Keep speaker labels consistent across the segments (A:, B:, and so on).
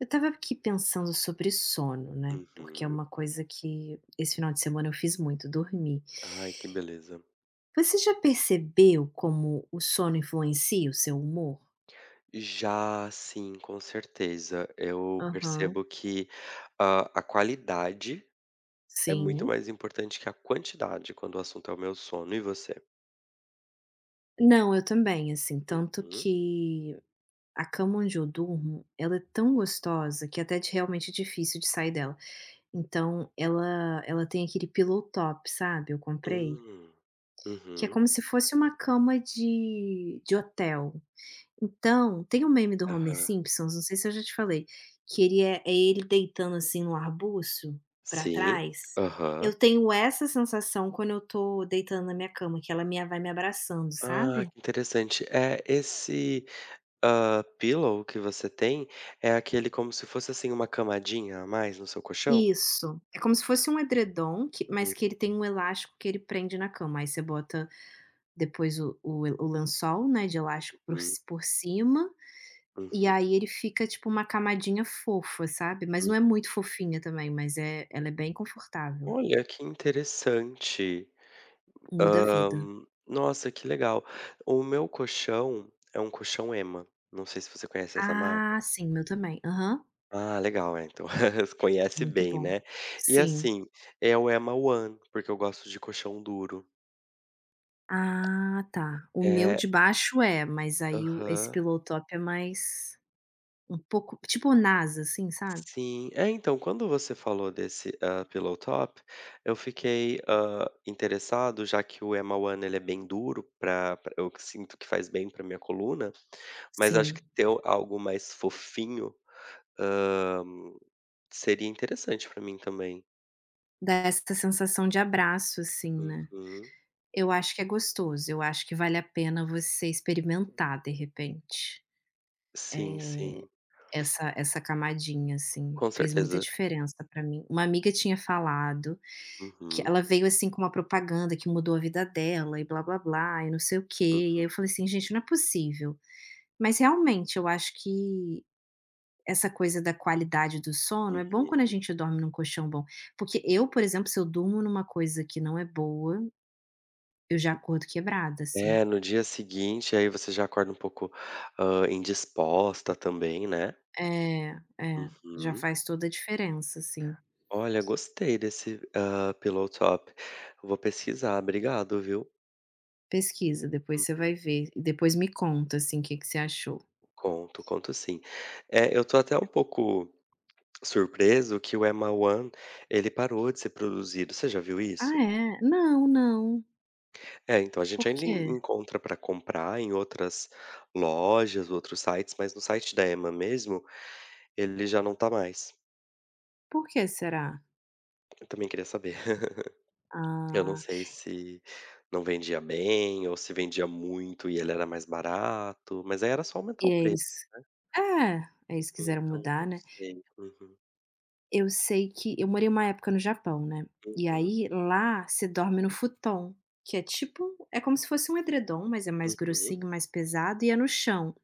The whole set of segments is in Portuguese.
A: Eu estava aqui pensando sobre sono, né, porque é
B: Uhum.
A: uma coisa que esse final de semana eu fiz muito, dormir.
B: Ai, que beleza.
A: Você já percebeu como o sono influencia o seu humor?
B: Já sim, com certeza. Eu
A: Aham,
B: percebo que a qualidade é muito
A: sim.
B: mais importante que a quantidade quando o assunto é o meu sono. E você?
A: Não, eu também, assim, tanto
B: Uhum.
A: que a cama onde eu durmo, ela é tão gostosa que até de realmente é difícil de sair dela. Então ela tem aquele pillow top, sabe, eu comprei,
B: Hum.
A: que é
B: Uhum.
A: como se fosse uma cama de hotel. Então, tem um meme do Homer
B: Aham.
A: Simpsons, não sei se eu já te falei, que ele ele deitando, assim, no arbusto, pra
B: Sim.
A: trás.
B: Aham.
A: Eu tenho essa sensação quando eu tô deitando na minha cama, que ela me vai me abraçando,
B: Ah,
A: sabe?
B: que interessante. É esse, pillow que você tem, é aquele como se fosse, assim, uma camadinha a mais no seu colchão?
A: Isso. É como se fosse um edredom que mas que ele tem um elástico que ele prende na cama, aí você bota depois o lençol, né, de elástico
B: Uhum,
A: por cima, e
B: uhum,
A: aí ele fica tipo uma camadinha fofa, sabe? Mas não
B: hum.
A: é muito fofinha também, mas ela é bem confortável.
B: Olha, que interessante.
A: Muda a
B: Hã,
A: vida.
B: nossa, que legal. O meu colchão é um colchão Ema, não sei se você conhece essa marca.
A: Ah, sim, meu também. Aham,
B: Ah, legal, é, então conhece
A: muito
B: bem,
A: bom.
B: né. E
A: Sim.
B: assim, é o Ema One, porque eu gosto de colchão duro.
A: Ah, tá. O meu
B: É,
A: de baixo é, mas aí o esse
B: aham,
A: pillow top é mais um pouco tipo NASA, assim, sabe?
B: sim. É, então, quando você falou desse, pillow top, eu fiquei, interessado, já que o Ema One ele é bem duro pra eu sinto que faz bem pra minha coluna, mas acho
A: Sim.
B: que ter algo mais fofinho, seria interessante pra mim também.
A: Dá essa sensação de abraço, assim, né.
B: Uhum.
A: Eu acho que é gostoso, eu acho que vale a pena você experimentar, de repente,
B: Sim,
A: eh,
B: sim.
A: essa camadinha, assim,
B: Com
A: fez muita
B: certeza.
A: diferença pra mim. Uma amiga tinha falado que
B: Uhum,
A: ela veio, assim, com uma propaganda que mudou a vida dela e blá blá blá e não sei o quê, e aí
B: uhum,
A: eu falei assim: "Gente, não é possível". Mas realmente eu acho que essa coisa da qualidade do sono, é bom quando a
B: uhum.
A: gente dorme num colchão bom, porque eu, por exemplo, se eu durmo numa coisa que não é boa, eu já acordo quebrada, assim.
B: É, no dia seguinte, aí você já acorda um pouco, indisposta também, né.
A: É, é, já
B: Uhum.
A: faz toda a diferença, assim.
B: Olha, gostei desse, pillow top. Vou pesquisar, obrigado, viu.
A: Pesquisa, depois você
B: Uhum.
A: vai ver e depois me conta, assim, o que que você achou.
B: Conto, conto sim. Eu tô até um pouco surpreso que o Emma One, ele parou de ser produzido, você já viu isso?
A: Ah é? Não, não.
B: É, então a gente
A: Por
B: ainda en
A: quê?
B: encontra para comprar em outras lojas, outros sites, mas no site da Ema mesmo, ele já não tá mais.
A: Por que será?
B: Eu também queria saber. Eu não
A: Ah.
B: sei se não vendia bem ou se vendia muito e ele era mais barato, mas aí era só aumentar
A: E
B: o
A: aí
B: preço,
A: eles é, aí eles quiseram
B: então
A: mudar,
B: não
A: né.
B: sei. Uhum,
A: Eu sei que eu morei uma época no Japão, né, e
B: uhum,
A: aí lá você dorme no futon, que é como se fosse um edredom, mas é mais
B: uhum.
A: grossinho, mais pesado e é no chão.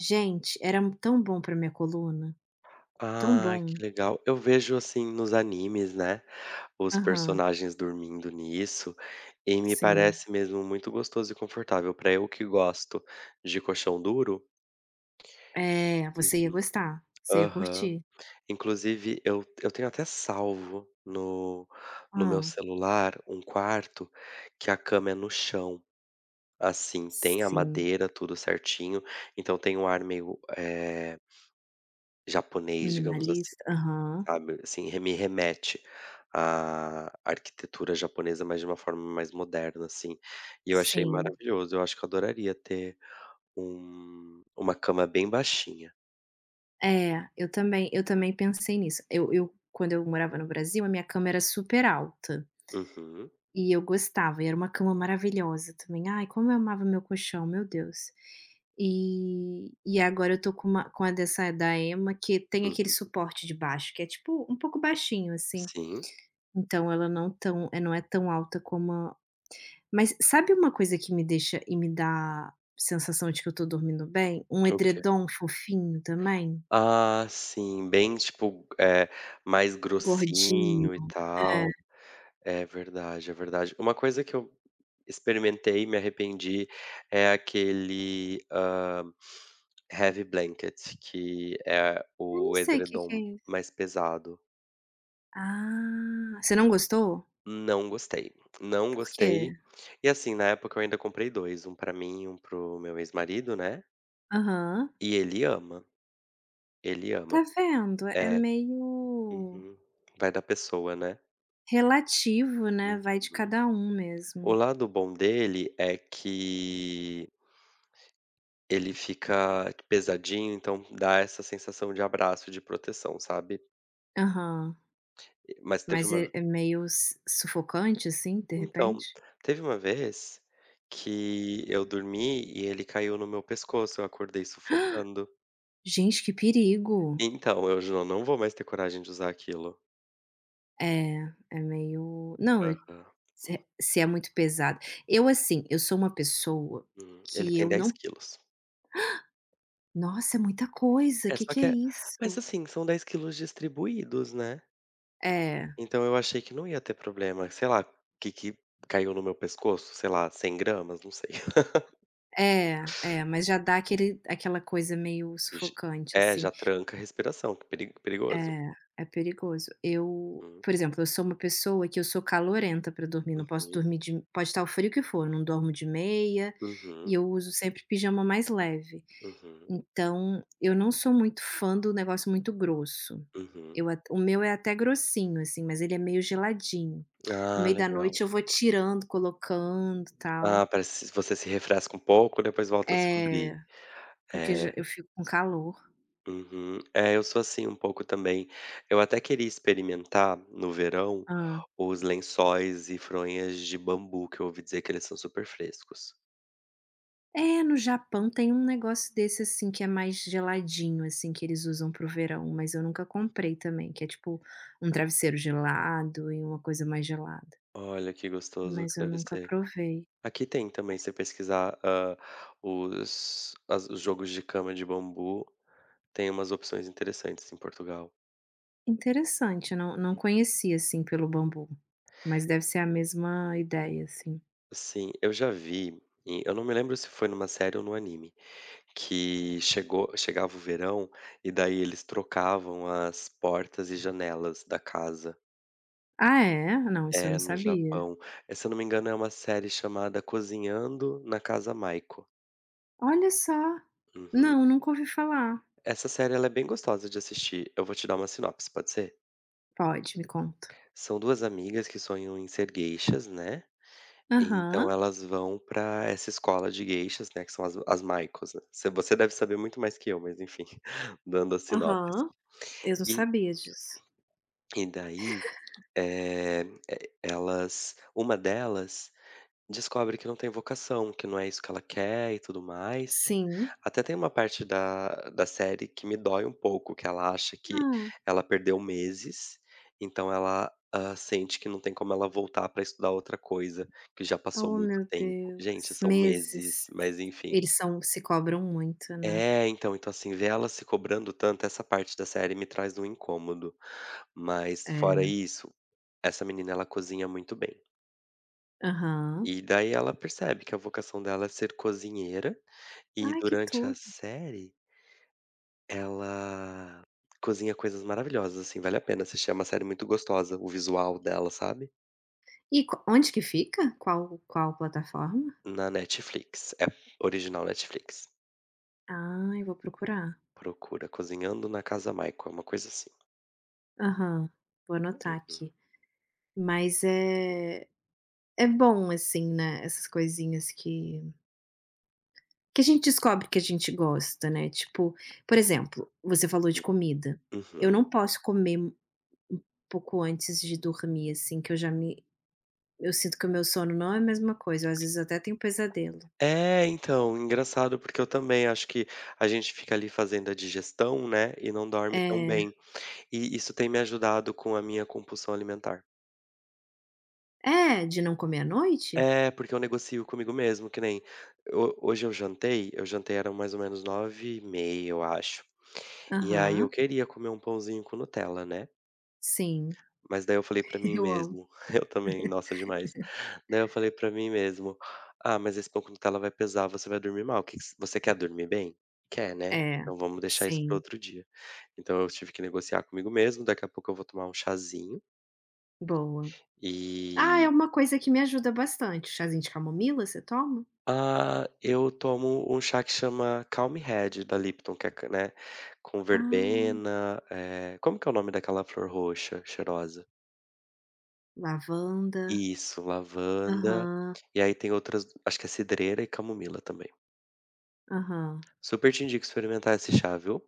A: Gente, era tão bom pra minha coluna, tão
B: Ai,
A: bom.
B: que legal. Eu vejo, assim, nos animes, né, os
A: Aham,
B: personagens dormindo nisso, e me
A: sim.
B: parece mesmo muito gostoso e confortável para eu que gosto de colchão duro.
A: É,
B: Uhum,
A: você ia
B: aham.
A: curtir.
B: Inclusive, eu tenho até salvo no no meu
A: Ah,
B: celular um quarto que a cama é no chão, assim, tem a
A: sim.
B: madeira, tudo certinho, então tem um ar meio, japonês, digamos assim.
A: Minimalista. Aham,
B: Sabe, assim, re me remete à arquitetura japonesa, mas de uma forma mais moderna, assim, e eu achei
A: sim.
B: maravilhoso, eu acho que eu adoraria ter uma cama bem baixinha.
A: É, eu também pensei nisso. Eu quando eu morava no Brasil, a minha cama era super alta
B: Uhum,
A: e eu gostava, e era uma cama maravilhosa também. Ai, como eu amava meu colchão, meu Deus. E agora eu tô com a dessa da Emma que tem aquele
B: uhum.
A: suporte de baixo, que é tipo um pouco baixinho, assim.
B: Sim,
A: Então ela não tão não é tão alta como a mas sabe uma coisa que me deixa e me dá sensação de que eu tô dormindo bem? Um
B: o quê?
A: edredom fofinho também,
B: Ah, sim, bem tipo, é mais
A: gordinho.
B: grossinho e
A: É.
B: tal. É verdade, é verdade. Uma coisa que eu experimentei e me arrependi é aquele, heavy blanket, que é
A: Eu não
B: o
A: sei o que que é
B: edredom
A: isso.
B: mais pesado.
A: Ah, você não gostou?
B: Não gostei, não
A: Por quê?
B: gostei. E, assim, na época eu ainda comprei 2, um pra mim e um para o meu ex-marido, né,
A: Aham.
B: e ele ama, ele
A: Tá
B: ama.
A: vendo? É
B: É,
A: meio
B: uhum. Vai da pessoa, né.
A: relativo, né, vai de
B: Uhum.
A: cada um
B: O
A: mesmo.
B: lado bom dele é que ele fica pesadinho, então dá essa sensação de abraço, de proteção, sabe.
A: Aham.
B: Mas teve
A: Mas
B: uma
A: é é meio s sufocante, assim, de
B: Então,
A: repente?
B: teve uma vez que eu dormi e ele caiu no meu pescoço, eu acordei sufocando.
A: Gente, que perigo.
B: Então, eu já não vou mais ter coragem de usar aquilo.
A: É, é meio não, eu
B: Aham.
A: se é, se é muito pesado. Eu, assim, eu sou uma pessoa
B: Hum. Ele
A: que
B: tem
A: eu
B: dez
A: não
B: quilos.
A: nossa, é muita coisa. O
B: É,
A: que
B: só
A: que é
B: que é Mas
A: isso?
B: assim, são 10 kg distribuídos, né.
A: É.
B: Então eu achei que não ia ter problema, sei lá, o que que caiu no meu pescoço, sei lá, 100 gramas, não sei.
A: É, é, mas já dá aquele aquela coisa meio
B: J
A: sufocante,
B: É,
A: assim.
B: já tranca a respiração, que perigoso.
A: É, é perigoso. Eu,
B: Uhum,
A: por exemplo, eu sou uma pessoa que eu sou calorenta para dormir, não posso
B: uhum,
A: dormir de pode estar o frio que for, eu não dormo de meia, e
B: uhum,
A: eu uso sempre pijama mais leve.
B: uhum,
A: Então, eu não sou muito fã do negócio muito grosso.
B: uhum.
A: Eu at o meu é até grossinho, assim, mas ele é meio geladinho. No
B: Ah,
A: meio da noite
B: legal.
A: eu vou tirando, colocando, tal.
B: Ah, parece que você se refresca um pouco, depois volta a se cobrir.
A: É, porque já
B: É,
A: eu fico com calor.
B: uhum. É, eu sou assim um pouco também. Eu até queria experimentar, no verão, os lençóis e fronhas de bambu, que eu ouvi dizer que eles são super frescos.
A: É, no Japão tem um negócio desse, assim, que é mais geladinho, assim, que eles usam para o verão, mas eu nunca comprei também, que é tipo um travesseiro gelado e uma coisa mais gelada,
B: Olha que gostoso
A: mas
B: que
A: eu
B: deve
A: nunca
B: ser.
A: provei.
B: Aqui tem também, se você pesquisar, ah, os jogos de cama de bambu, tem umas opções interessantes em Portugal.
A: Interessante, eu não conhecia, assim, pelo bambu, mas deve ser a mesma ideia, assim.
B: Sim, eu já vi, e eu não me lembro se foi numa série ou no anime, que chegou chegava o verão e daí eles trocavam as portas e janelas da casa.
A: Ah, é? Não, isso eu não
B: É, no
A: sabia.
B: Japão. Se eu não me engano é uma série chamada Cozinhando na Casa Maiko.
A: Olha só!
B: Uhum.
A: Não, nunca ouvi falar.
B: Essa série ela é bem gostosa de assistir, eu vou te dar uma sinopse, pode ser?
A: Pode, me conta.
B: São 2 amigas que sonham em ser gueixas, né,
A: Aham,
B: então elas vão pra essa escola de geishas, né, que são as Maikos, né. Você deve saber muito mais que eu, mas enfim, dando a sinopse.
A: aham, eu não
B: E
A: sabia disso.
B: e daí, eh, Elas, uma delas descobre que não tem vocação, que não é isso que ela quer e tudo mais.
A: Sim.
B: Até tem uma parte da série que me dói um pouco, que ela acha que
A: Ah.
B: ela perdeu meses, então ela, sente que não tem como ela voltar pra estudar outra coisa, que já passou
A: Oh,
B: muito
A: meu
B: tempo. Gente,
A: Deus,
B: são meses,
A: meses.
B: mas enfim.
A: Eles são se cobram muito, né.
B: É, então, então assim, ver ela se cobrando tanto, essa parte da série me traz um incômodo, mas fora
A: É.
B: isso, essa menina ela cozinha muito bem.
A: Aham.
B: E daí ela percebe que a vocação dela é ser cozinheira, e
A: Ai, que
B: durante a
A: tudo.
B: série ela cozinha coisas maravilhosas, assim, vale a pena assistir, é uma série muito gostosa, o visual dela, sabe.
A: E co onde que fica? Qual plataforma?
B: Na Netflix, é original Netflix.
A: Ah, eu vou procurar.
B: Procura Cozinhando na Casa Michael, é uma coisa assim.
A: Aham, vou anotar
B: Uhum,
A: aqui. Mas é é bom, assim, né, essas coisinhas que a gente descobre que a gente gosta, né, tipo, por exemplo, você falou de
B: hum,
A: comida. Eu
B: uhum.
A: não posso comer um pouco antes de dormir, assim, que eu já me eu sinto que o meu sono não é a mesma coisa, eu às vezes até tenho pesadelo.
B: É, então, engraçado porque eu também acho que a gente fica ali fazendo a digestão, né, e não dorme tão
A: É.
B: bem. E isso tem me ajudado com a minha compulsão alimentar.
A: É, de não comer à noite?
B: É, porque eu negocio comigo mesmo, que nem ho hoje eu jantei, eu jantei eram mais ou menos 9:30 eu acho. E aí eu
A: Aham,
B: queria comer um pãozinho com Nutella, né,
A: sim,
B: mas daí eu falei pra mim
A: eu amo.
B: mesmo, eu também, nossa, demais. Daí eu falei pra mim mesmo: "Ah, mas esse pão com Nutella vai pesar, você vai dormir mal, que você quer dormir bem? Quer, né?
A: É,
B: Então vamos deixar isso para
A: sim,
B: outro dia". Então eu tive que negociar comigo mesmo, daqui a pouco eu vou tomar um chazinho,
A: boa. Ah,
B: e
A: é uma coisa que me ajuda bastante, chazinho de camomila, você toma?
B: ah, eu tomo um chá que chama Calm Head da Lipton, que é ca né, com
A: Ah,
B: verbena, como que é o nome daquela flor roxa cheirosa?
A: lavanda.
B: Isso, lavanda,
A: Aham,
B: e aí tem outras, acho que é cidreira e camomila também.
A: aham.
B: Super te indico experimentar esse chá, viu.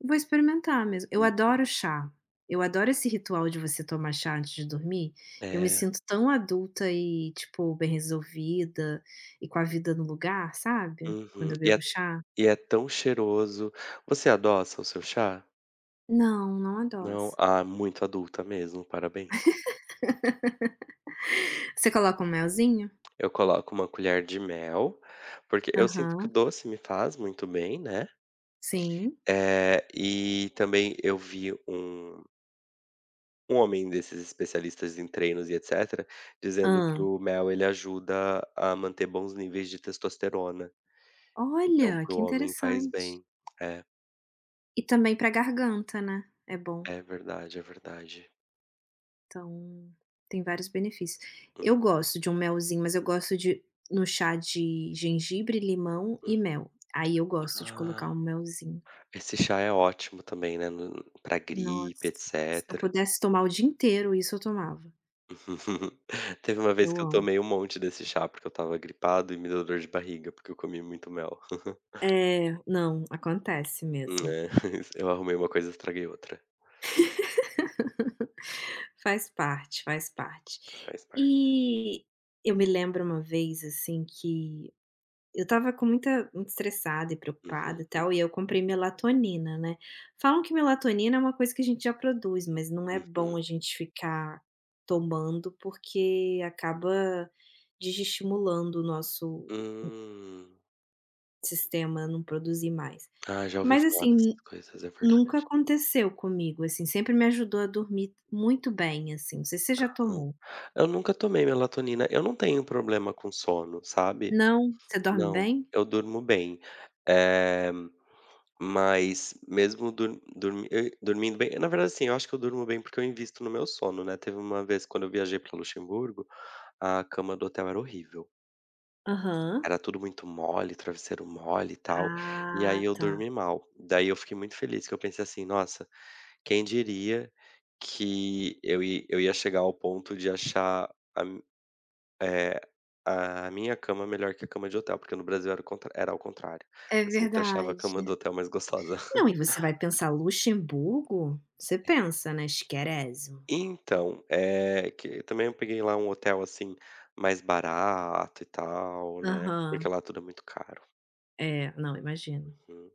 A: Vou experimentar mesmo. Eu
B: Hum.
A: adoro chá. Eu adoro esse ritual de você tomar chá antes de dormir. Eu me
B: É.
A: sinto tão adulta e, tipo, bem resolvida e com a vida no lugar, sabe? Quando
B: Uhum.
A: eu bebo chá.
B: E é tão cheiroso. Você adoça o seu chá?
A: Não, não
B: Não?
A: adoço.
B: Ah, muito adulta mesmo, parabéns.
A: Você coloca um melzinho?
B: Eu coloco uma colher de mel, porque eu sinto que o
A: Aham,
B: doce me faz muito bem, né.
A: sim.
B: E também eu vi um homem desses especialistas em treinos e etcétera, dizendo que
A: Ah.
B: o mel ele ajuda a manter bons níveis de testosterona, então
A: Olha,
B: para o
A: que
B: homem faz
A: interessante.
B: bem. É,
A: E também pra garganta, né, é bom.
B: é verdade, é verdade.
A: Então, tem vários benefícios. Eu gosto de um melzinho, mas eu gosto de no chá de gengibre, limão e
B: Uhum.
A: mel. Aí eu gosto de colocar
B: Ah,
A: um melzinho.
B: esse chá é ótimo também, né, no pra gripe,
A: Nossa, se eu
B: etcétera.
A: pudesse tomar o dia inteiro isso eu tomava.
B: Teve uma vez
A: Eu
B: que eu
A: amo.
B: tomei um monte desse chá, porque eu estava gripado e me deu dor de barriga, porque eu comi muito mel.
A: É, não, acontece mesmo.
B: É, eu arrumei uma coisa, e estraguei outra.
A: Faz parte, faz parte.
B: Faz parte.
A: E eu me lembro uma vez, assim, que eu estava com muita muito estressada e preocupada e
B: Uhum,
A: tal, e eu comprei melatonina, né. Falam que melatonina é uma coisa que a gente já produz, mas não é bom
B: uhum.
A: a gente ficar tomando, porque acaba desestimulando o nosso
B: Hum.
A: sistema a não produzir mais.
B: Ah, já ouvi
A: Mas,
B: falar
A: assim,
B: dessas
A: nu
B: coisas, é verdade.
A: nunca aconteceu comigo, assim, sempre me ajudou a dormir muito bem, assim, não sei se você já
B: Hã.
A: tomou.
B: Eu nunca tomei melatonina, eu não tenho problema com sono, sabe.
A: Não? Você dorme
B: Não,
A: bem?
B: eu durmo bem. Eh, mas mesmo dur dormi e dormindo bem, na verdade, sim, eu acho que eu durmo bem, porque eu invisto no meu sono, né. Teve uma vez quando eu viajei para Luxemburgo, a cama do hotel era horrível.
A: Aham.
B: Era tudo muito mole, travesseiro mole e tal, e
A: Ah,
B: aí eu
A: tá.
B: dormi mal. Daí eu fiquei muito feliz que eu pensei assim: "Nossa, quem diria que eu ia chegar ao ponto de achar eh, a minha cama melhor que a cama de hotel", porque no Brasil era o contra era ao contrário.
A: É
B: Eu sempre achava a
A: verdade.
B: cama do hotel mais gostosa.
A: Não, e você vai pensar Luxemburgo, você pensa, né, "esquerésimo".
B: Então, que também eu peguei lá um hotel, assim, mais barato e tal, né, porque
A: Aham.
B: lá tudo é muito caro.
A: É, não, imagino.
B: Uhum.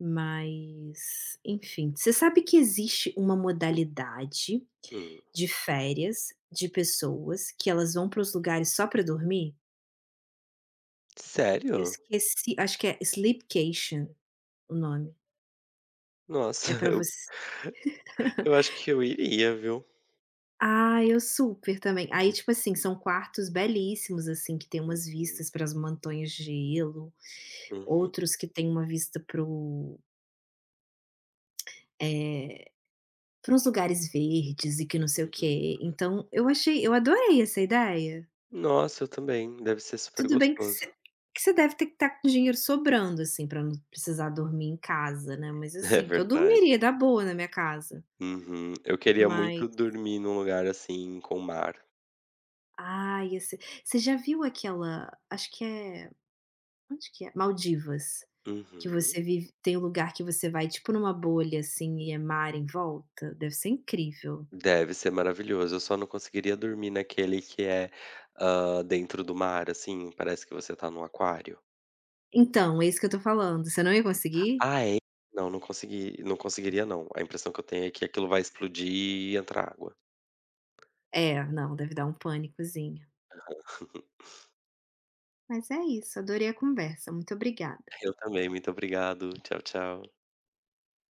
A: Mas, enfim, você sabe que existe uma modalidade
B: Hum.
A: de férias de pessoas que elas vão para os lugares só para dormir? Eu
B: Sério?
A: esqueci, acho que é sleepcation o nome,
B: Nossa,
A: é para
B: eu
A: você.
B: Eu acho que eu iria, viu.
A: Ah, eu super também. Aí, tipo assim, são quartos belíssimos, assim, que tem umas
B: Uhum,
A: vistas para as montanhas de gelo.
B: uhum,
A: Outros que têm uma vista para o eh, para uns lugares verdes e que não sei o
B: uhum.
A: quê. Então eu adorei essa ideia.
B: Nossa, eu também, deve ser super
A: Tudo bem
B: gostoso.
A: que você deve ter que estar com dinheiro sobrando, assim, para não precisar dormir em casa, né, mas
B: É
A: assim, que eu
B: verdade.
A: dormiria da boa na minha casa.
B: Uhum. Eu queria
A: Mas
B: muito dormir num lugar, assim, com mar.
A: ai, ia você já viu aquela acho que é onde que é? Maldivas, que
B: Uhum.
A: você vive tem um lugar que você vai tipo numa bolha, assim, e é mar em volta? Deve ser incrível.
B: Deve ser maravilhoso, eu só não conseguiria dormir naquele que é, dentro do mar, assim, parece que você tá num aquário.
A: Então, é isso que eu tô falando. Você não ia conseguir?
B: Ah, é? Não, não consegui não conseguiria não, a impressão que eu tenho é que aquilo vai explodir e entrar água.
A: É, não, deve dar um pânicozinho. Mas é isso, adorei a conversa. Muito obrigada.
B: Eu também, muito obrigado. Tchau, tchau.